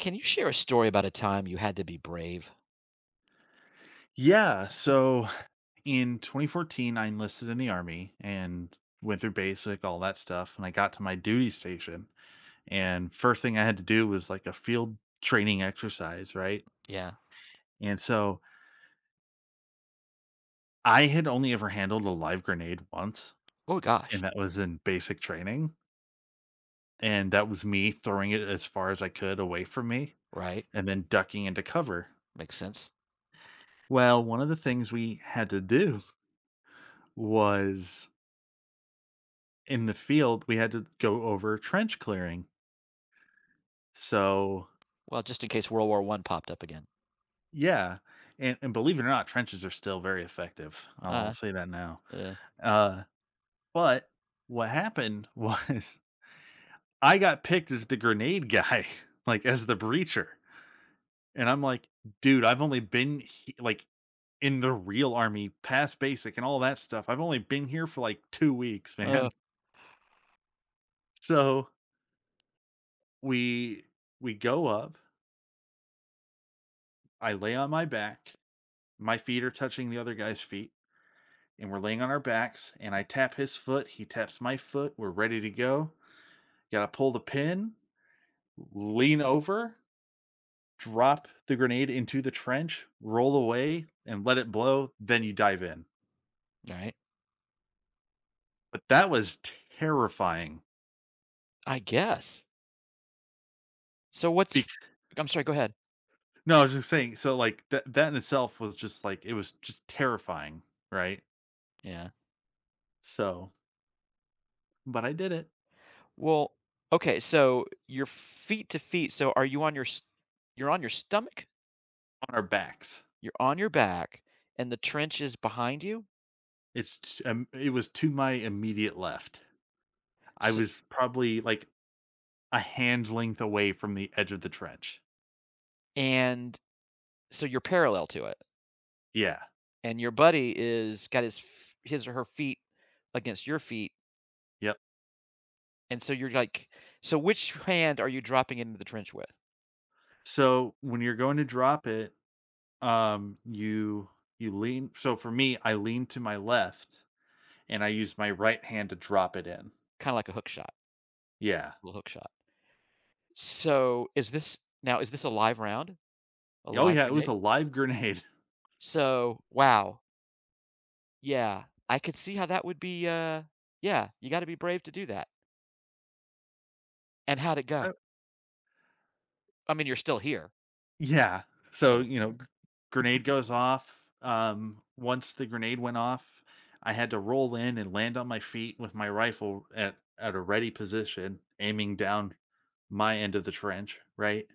Can you share a story about a time you had to be brave? Yeah. So in 2014, I enlisted in the army and went through basic, all that stuff. And I got to my duty station. And first thing I had to do was like a field training exercise, right? Yeah. And so I had only ever handled a live grenade once, Oh and gosh. that was in basic training. And that was me throwing it as far as I could away from me Right. and then ducking into cover. Makes sense. Well, one of the things we had to do was in the field, we had to go over trench clearing. So, Well, just in case World War One popped up again. yeah, and believe it or not, trenches are still very effective. I'll Uh, say that now. uh, Uh, but what happened was I got picked as the grenade guy, like, as the breacher, and I'm like, "Dude, I've only been he like, in the real army, past basic and all that stuff, I've only been here for, like, 2 weeks, uh. man." So, we we go up, I lay on my back, my feet are touching the other guy's feet, and we're laying on our backs and I tap his foot, he taps my foot, we're ready to go. Gotta pull the pin, lean over, drop the grenade into the trench, roll away, and let it blow, then you dive in. All right. But that was terrifying. I guess. So what's? Bec- I'm sorry, go ahead. no, I was just saying, so like that in itself was just like it was just terrifying, right? Yeah. So but I did it Well. Okay. So you're feet to feet. So are you on your? S- You're on your stomach. on our backs. You're on your back, and the trench is behind you. It was to my immediate left. I So, was probably like a hand length away from the edge of the trench. and so you're parallel to it, Yeah. and your buddy is got his his or her feet against your feet. Yep. And so you're like, so which hand are you dropping into the trench with? So when you're going to drop it, you lean. So for me, I lean to my left and I use my right hand to drop it in. Kinda like a hook shot, Yeah. little hook shot. So, is this now is this a live round? A Oh live yeah, it was grenade? a live grenade. So, wow, yeah, I could see how that would be, yeah, you gotta be brave to do that. And how'd it go? Uh, I mean, you're still here, yeah. So so you know, grenade goes off. Once the grenade went off, I had to roll in and land on my feet with my rifle at a ready position, aiming down my end of the trench. Right.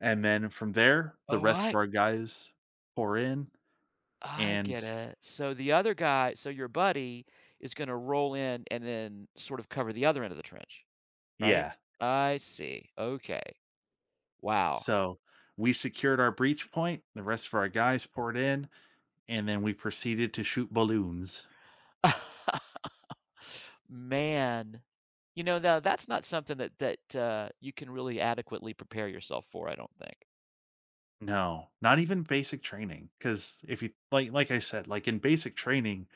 And then from there, the Oh, rest of I our guys pour in, I and get it. So the other guy, so your buddy is gonna roll in and then sort of cover the other end of the trench, right? yeah, I see, okay. Wow. so we secured our breach point, the rest of our guys poured in, and then we proceeded to shoot balloons. Man, you know, now that's not something that you can really adequately prepare yourself for, I don't think. No, not even basic training, because if you like I said, like in basic training,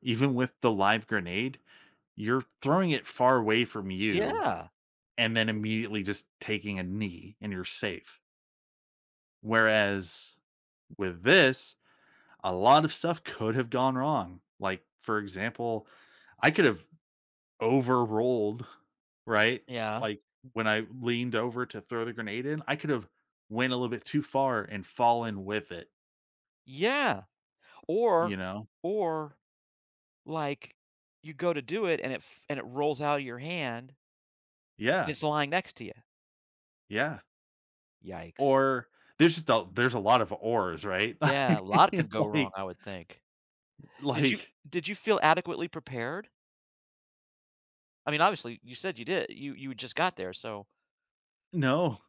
even with the live grenade, you're throwing it far away from you Yeah. and then immediately just taking a knee and you're safe. Whereas with this, a lot of stuff could have gone wrong. Like, for example, I could have overrolled, right? Yeah. Like when I leaned over to throw the grenade in, I could have went a little bit too far and fallen with it, Yeah. you Or know? or, like, you go to do it and it f and it rolls out of your hand and Yeah. it's lying next to you. Yeah. Yikes. Or there's a lot of ors, right? Yeah, a lot can go wrong, like I would think. Did you like did you feel adequately prepared? I mean, obviously, you said you did. You just got there, so no,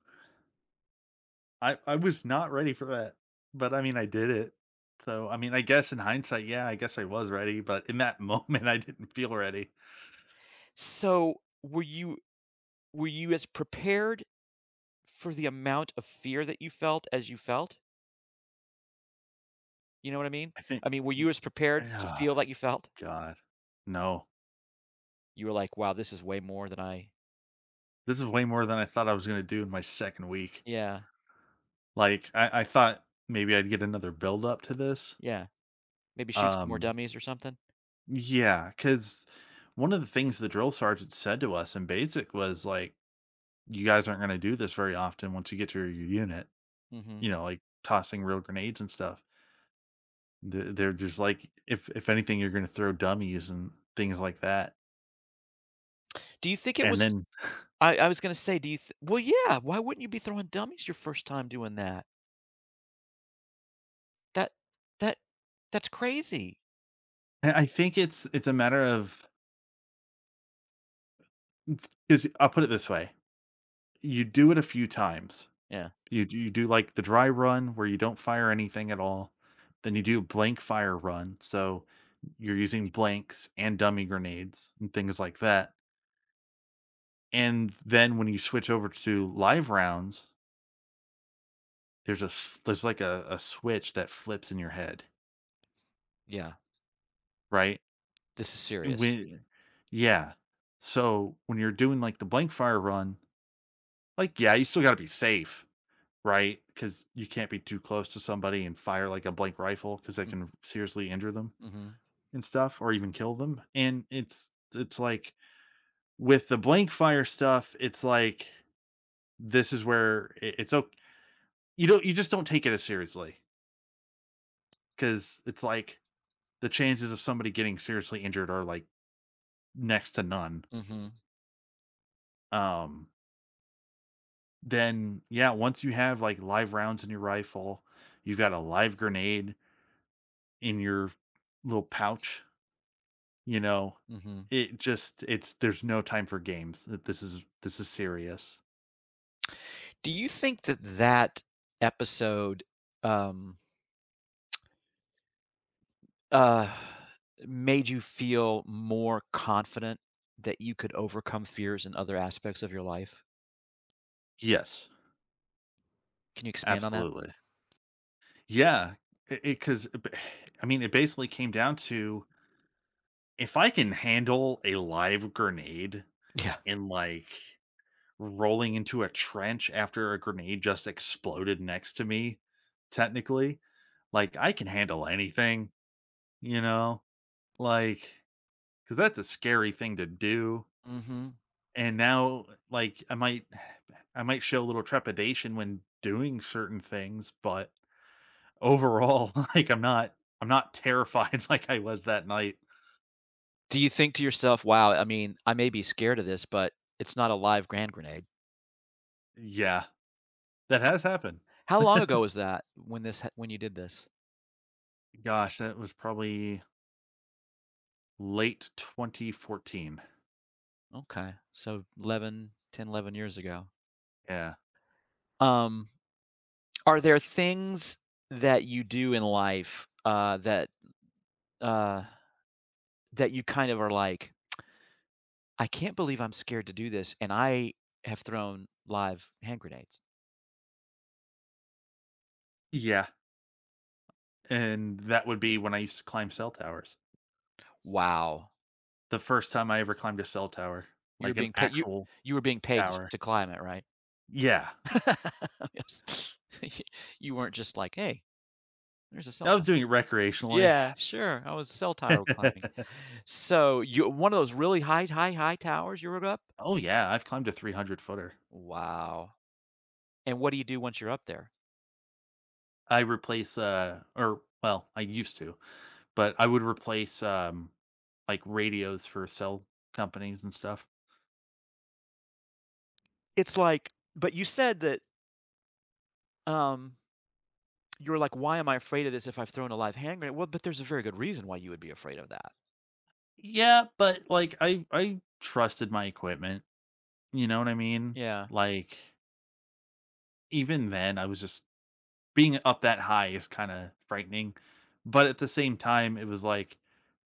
I was not ready for that. But I mean, I did it. So, I mean, I guess in hindsight, yeah, I guess I was ready, but in that moment I didn't feel ready. so were you were you as prepared for the amount of fear that you felt as you felt, you know what I mean? I think I mean, were mm, you as prepared to ah, feel like you felt? God. No. You were like, "Wow, this is way more than I." This is way more than I thought I was gonna do in my second week. Yeah, Like, I thought maybe I'd get another build up to this. yeah. Maybe shoot some more Um, dummies or something? yeah, cause one of the things the drill sergeant said to us in basic was like, "You guys aren't gonna do this very often once you get to your unit," Mhm. you know, like tossing real grenades and stuff. They're just like, if anything, you're gonna throw dummies and things like that. Do you think it And was then I was gonna say, do you th well, yeah, why wouldn't you be throwing dummies your first time doing that? That that that's crazy. I think it's a matter of 'cause I'll put it this way, you do it a few times. Yeah, You do, like, the dry run where you don't fire anything at all, then you do blank fire run, so you're using blanks and dummy grenades and things like that, and then when you switch over to live rounds, there's like a switch that flips in your head, yeah. right? This is serious. When yeah. So, when you're doing, like, the blank fire run, like, yeah, you still gotta be safe. Right, because you can't be too close to somebody and fire, like, a blank rifle, because that Mm, can seriously injure them mhm, and stuff or even kill them, and it's like, with the blank fire stuff, it's like, this is where I it's ok you just don't take it as seriously, because it's like, the chances of somebody getting seriously injured are, like, next to none, mhm, um, then, yeah, once you have, like, live rounds in your rifle, you've got a live grenade in your little pouch. You know, mhm. it just it's there's no time for games. This is serious. Do you think that episode, um Uh, made you feel more confident that you could overcome fears in other aspects of your life? Yes, Can you expand on that? absolutely. Yeah, because I mean, it basically came down to if I can handle a live grenade Yeah. and like rolling into a trench after a grenade just exploded next to me, technically, like I can handle anything, you know, like because that's a scary thing to do. Mhm. And now like I might I might show a little trepidation when doing certain things, but overall, like I'm not terrified like I was that night. Do you think to yourself, "Wow, I mean, I may be scared of this, but it's not a live grand grenade." Yeah, that has happened. How long ago was that when this ha when you did this? Gosh, that was probably late 2014. Okay. So 11, 10, 11 years ago. Yeah. Um, are there things that you do in life, uh, that you kind of are like, I can't believe I'm scared to do this, and I have thrown live hand grenades. Yeah, and that would be when I used to climb cell towers. Wow. The first time I ever climbed a cell tower, You were like an being paid you actual you were being paid tower. to climb it, right? Yeah. Yes. You weren't just like, "Hey, there's a cell I was tower." doing it recreationally. Yeah, sure. I was cell tower climbing. So, you one of those really high, high, high towers you were up? Oh, yeah, I've climbed a 300 footer. Wow. And what do you do once you're up there? I replace or well, I used to, but I would replace like radios for cell companies and stuff. It's like, but you said that, um, you were like, "Why am I afraid of this if I've thrown a live hand grenade?" Well, but there's a very good reason why you would be afraid of that. Yeah, but like I trusted my equipment, you know what I mean? Yeah. Like even then I was just being up that high is kind of frightening, but at the same time it was like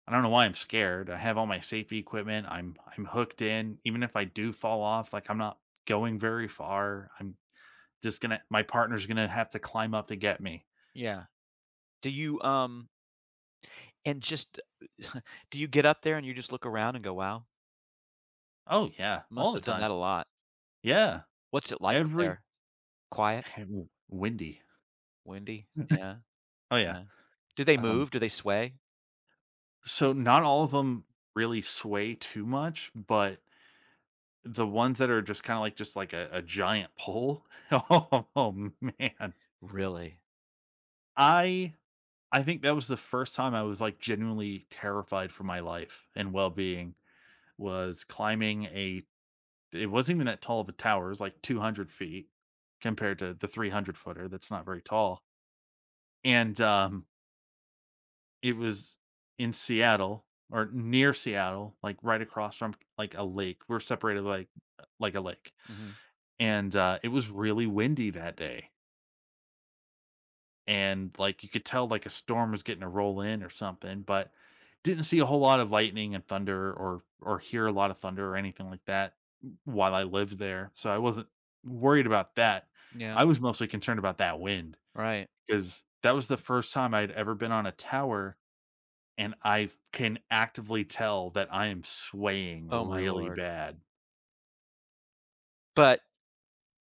I don't know why I'm scared. I have all my safety equipment. I'm hooked in. Even if I do fall off, like I'm not going very far. I'm just gonna my partner's gonna have to climb up to get me. Yeah. Do you, and just do you get up there and you just look around and go, "Wow, Oh yeah, all must the have done time. that a lot." Yeah, What's it like up every there? Quiet? windy. Windy? Yeah, Oh yeah. yeah. Do they Um, move? Do they sway? so not all of them really sway too much, but the ones that are just kind of like just like a giant pole. Oh man, Really? I I think that was the first time I was like genuinely terrified for my life and well being was climbing a it wasn't even that tall of a tower, it was like 200 feet compared to the 300 footer that's not very tall, and, it was in Seattle or near Seattle, like, right across from, like, a lake. We're separated, like a lake, Mhm. and, it was really windy that day, and like you could tell like a storm was getting to roll in or something, but didn't see a whole lot of lightning and thunder or hear a lot of thunder or anything like that while I lived there. So I wasn't worried about that. Yeah, I was mostly concerned about that wind right. because that was the first time I'd ever been on a tower and I can actively tell that I am swaying Oh my really lord. bad. But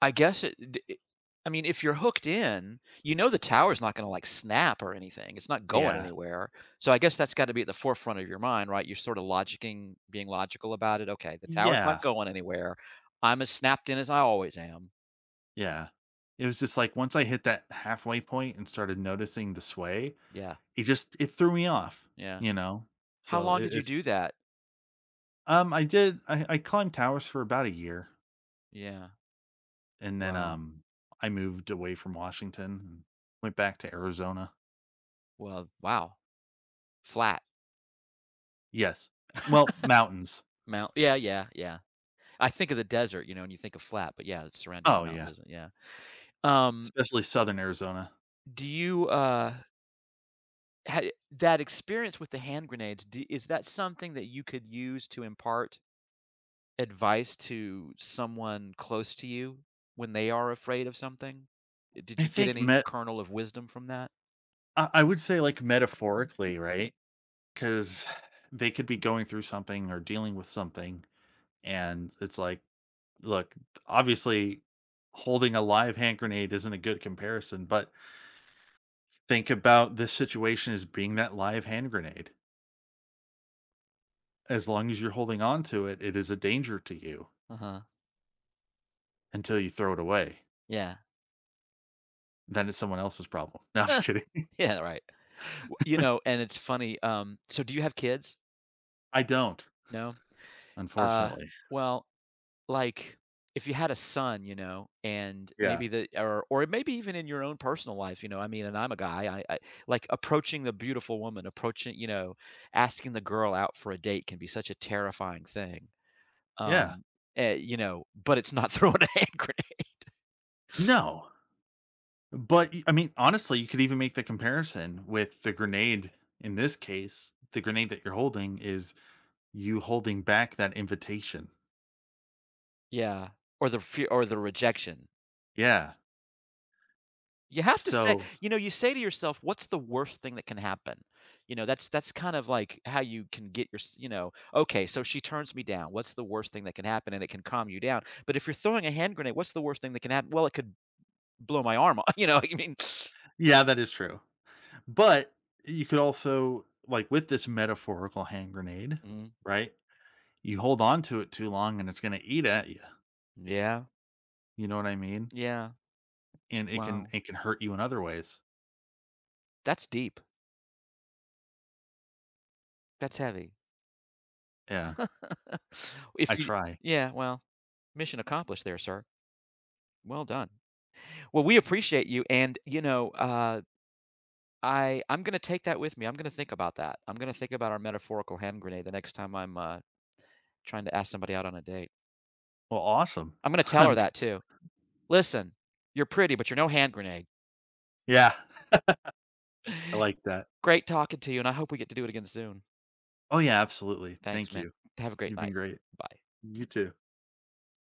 I guess it d it I mean, if you're hooked in, you know the tower's not gonna, like, snap or anything, it's not going Yeah. anywhere, so I guess that's gotta be at the forefront of your mind, right? You're sorta logicking being logical about it. "Okay, the tower's not Yeah. going anywhere. I'm as snapped in as I always am." Yeah. It was just like once I hit that halfway point and started noticing the sway, Yeah, It just it threw me off, yeah. you know? How So long it did you do it's that? I did I climbed towers for about a year, Yeah. and then, Wow. I moved away from Washington and went back to Arizona. Well, wow. Flat Yes. Well, mountains. mount yeah, yeah, yeah. I think of the desert, you know, and you think of flat, but yeah, it's surrounded with Oh, mountains, yeah, isn't it? Yeah. Um, especially Southern Arizona. do you, Ha that experience with the hand grenades, do is that something that you could use to impart advice to someone close to you when they are afraid of something? Did I you get think any met kernel of wisdom from that? I would say, like, metaphorically, right? Because they could be going through something or dealing with something, and it's like, look, obviously, holding a live hand grenade isn't a good comparison, but think about this situation as being that live hand grenade. As long as you're holding on to it, it is a danger to you Uh-huh. until you throw it away. Yeah. Then it's someone else's problem. No, I'm just kidding. Yeah, right. W you know, and it's funny, um, so do you have kids? I don't, No? Uh, unfortunately. well, like, if you had a son, you know, and Yeah. maybe the, or maybe even in your own personal life, you know, I mean, and I'm a guy, I like, approaching the beautiful woman, approaching, you know, asking the girl out for a date can be such a terrifying thing. Yeah. Um, eh, you know, but it's not throwing a hand grenade. No. I mean, honestly, you could even make the comparison with the grenade in this case. The grenade that you're holding is you holding back that invitation. Yeah, or the fear or the rejection. Yeah. You have to say, So, you know, you say to yourself, "What's the worst thing that can happen?" You know, that's kind of like how you can get your s you know, "Okay, so she turns me down. What's the worst thing that can happen?" And it can calm you down. But if you're throwing a hand grenade, what's the worst thing that can happen? "Well, it could blow my arm off." You know, I mean, yeah, that is true. But you could also, like with this metaphorical hand grenade, Mhm. right? You hold on to it too long and it's going to eat at you. Yeah. You know what I mean? Yeah. And Wow. it can hurt you in other ways. That's deep. That's heavy. Yeah, I If you try. yeah, well, mission accomplished there, sir. Well done. Well, we appreciate you, and, you know, I'm gonna take that with me. I'm gonna think about that. I'm gonna think about our metaphorical hand grenade the next time I'm, trying to ask somebody out on a date. Well, awesome. I'm gonna tell her I'm, that too. "Listen, you're pretty, but you're no hand grenade. yeah, I like that. Great talking to you, and I hope we get to do it again soon. Oh yeah, absolutely. Thanks, Thank man. you. Have a great You've been night. great. Bye." You too.